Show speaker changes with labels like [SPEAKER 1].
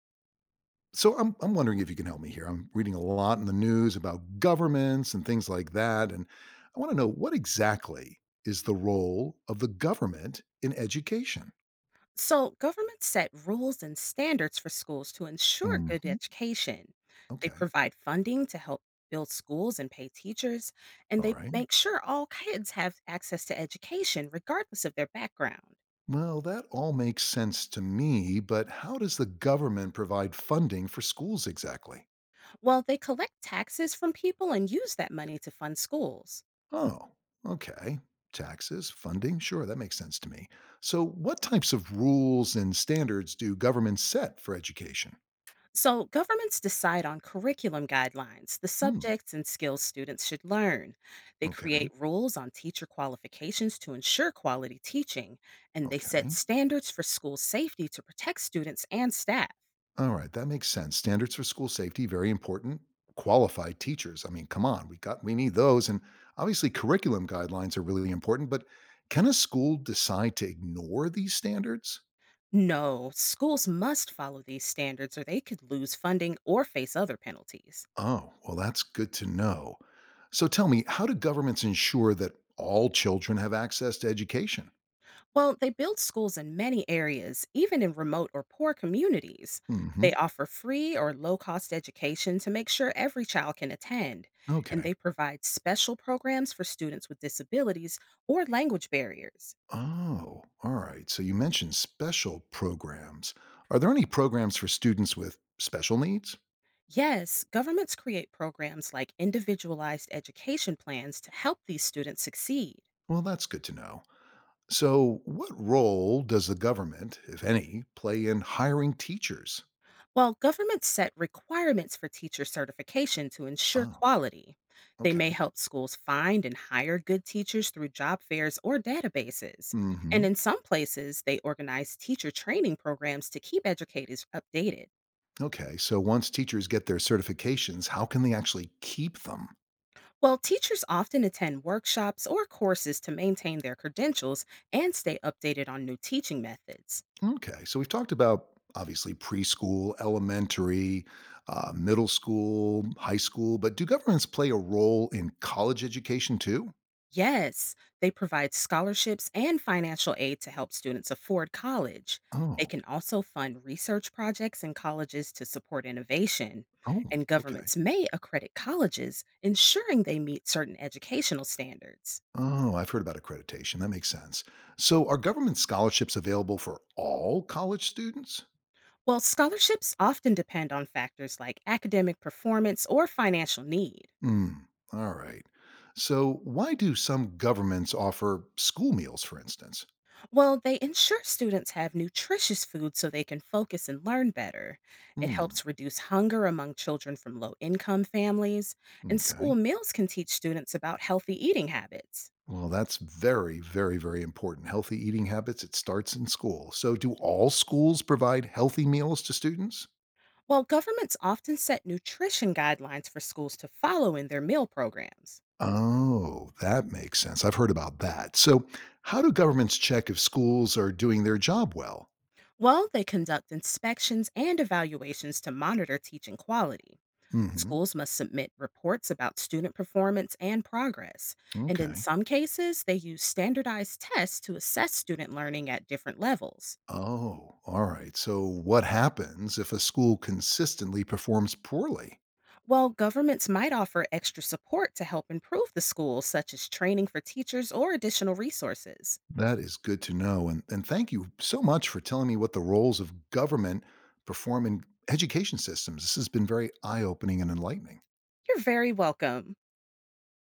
[SPEAKER 1] So I'm wondering if you can help me here. I'm reading a lot in the news about governments and things like that, and I want to know, what exactly is the role of the government in education?
[SPEAKER 2] So, governments set rules and standards for schools to ensure good
[SPEAKER 1] Mhm.
[SPEAKER 2] education. They
[SPEAKER 1] Okay.
[SPEAKER 2] provide funding to help build schools and pay teachers, and
[SPEAKER 1] All
[SPEAKER 2] they
[SPEAKER 1] right.
[SPEAKER 2] make sure all kids have access to education regardless of their background.
[SPEAKER 1] Well, that all makes sense to me, but how does the government provide funding for schools exactly?
[SPEAKER 2] Well, they collect taxes from people and use that money to fund schools.
[SPEAKER 1] Oh, okay. Taxes, funding, sure, that makes sense to me. So, what types of rules and standards do governments set for education?
[SPEAKER 2] So, governments decide on curriculum guidelines, the
[SPEAKER 1] Hmm.
[SPEAKER 2] subjects and skills students should learn. They
[SPEAKER 1] Okay,
[SPEAKER 2] create rules on teacher qualifications to ensure quality teaching, and they set
[SPEAKER 1] okay.
[SPEAKER 2] standards for school safety to protect students and staff.
[SPEAKER 1] All right, that makes sense. Standards for school safety, very important. Qualified teachers. I mean, come on, we need those. And obviously curriculum guidelines are really important, but can a school decide to ignore these standards?
[SPEAKER 2] No, schools must follow these standards or they could lose funding or face other penalties.
[SPEAKER 1] Oh, well, that's good to know. So tell me, how do governments ensure that all children have access to education?
[SPEAKER 2] Well, they build schools in many areas, even in remote or poor communities. They
[SPEAKER 1] Hmm.
[SPEAKER 2] offer free or low cost education to make sure every child can attend. And
[SPEAKER 1] Okay.
[SPEAKER 2] they provide special programs for students with disabilities or language barriers.
[SPEAKER 1] Oh, all right. So you mentioned special programs. Are there any programs for students with special needs?
[SPEAKER 2] Yes, governments create programs like individualized education plans to help these students succeed.
[SPEAKER 1] Well, that's good to know. So, what role does the government, if any, play in hiring teachers?
[SPEAKER 2] While governments set requirements for teacher certification to ensure
[SPEAKER 1] Oh,
[SPEAKER 2] quality, they may
[SPEAKER 1] okay.
[SPEAKER 2] help schools find and hire good teachers through job fairs or databases.
[SPEAKER 1] Hmm.
[SPEAKER 2] And in some places, they organize teacher training programs to keep educators updated.
[SPEAKER 1] Okay. So, once teachers get their certifications, how can they actually keep them?
[SPEAKER 2] Well, teachers often attend workshops or courses to maintain their credentials and stay updated on new teaching methods.
[SPEAKER 1] Okay. So, we've talked about obviously preschool, elementary, middle school, high school, but do governments play a role in college education too?
[SPEAKER 2] Yes, they provide scholarships and financial aid to help students afford college. They
[SPEAKER 1] Oh,
[SPEAKER 2] can also fund research projects in colleges to support innovation.
[SPEAKER 1] oh,
[SPEAKER 2] And
[SPEAKER 1] okay.
[SPEAKER 2] governments may accredit colleges, ensuring they meet certain educational standards.
[SPEAKER 1] Oh, I've heard about accreditation. That makes sense. So, are government scholarships available for all college students?
[SPEAKER 2] Well, scholarships often depend on factors like academic performance or financial need.
[SPEAKER 1] Mm, all right. So, why do some governments offer school meals, for instance?
[SPEAKER 2] Well, they ensure students have nutritious food so they can focus and learn better. It
[SPEAKER 1] Hmm.
[SPEAKER 2] helps reduce hunger among children from low income families, and
[SPEAKER 1] Okay.
[SPEAKER 2] school meals can teach students about healthy eating habits.
[SPEAKER 1] Well, that's very, very, very important. Healthy eating habits, it starts in school. So, do all schools provide healthy meals to students?
[SPEAKER 2] While governments often set nutrition guidelines for schools to follow in their meal programs,
[SPEAKER 1] Oh, that makes sense. I've heard about that. So, how do governments check if schools are doing their job well?
[SPEAKER 2] well, they conduct inspections and evaluations to monitor teaching quality.
[SPEAKER 1] Hmm.
[SPEAKER 2] Schools must submit reports about student performance and progress, and in
[SPEAKER 1] Okay.
[SPEAKER 2] some cases, they use standardized tests to assess student learning at different levels.
[SPEAKER 1] Oh, all right. So, what happens if a school consistently performs poorly?
[SPEAKER 2] While governments might offer extra support to help improve the schools, such as training for teachers or additional resources.
[SPEAKER 1] That is good to know. And thank you so much for telling me what the roles of government perform in education systems. This has been very eye opening and enlightening.
[SPEAKER 2] You're very welcome.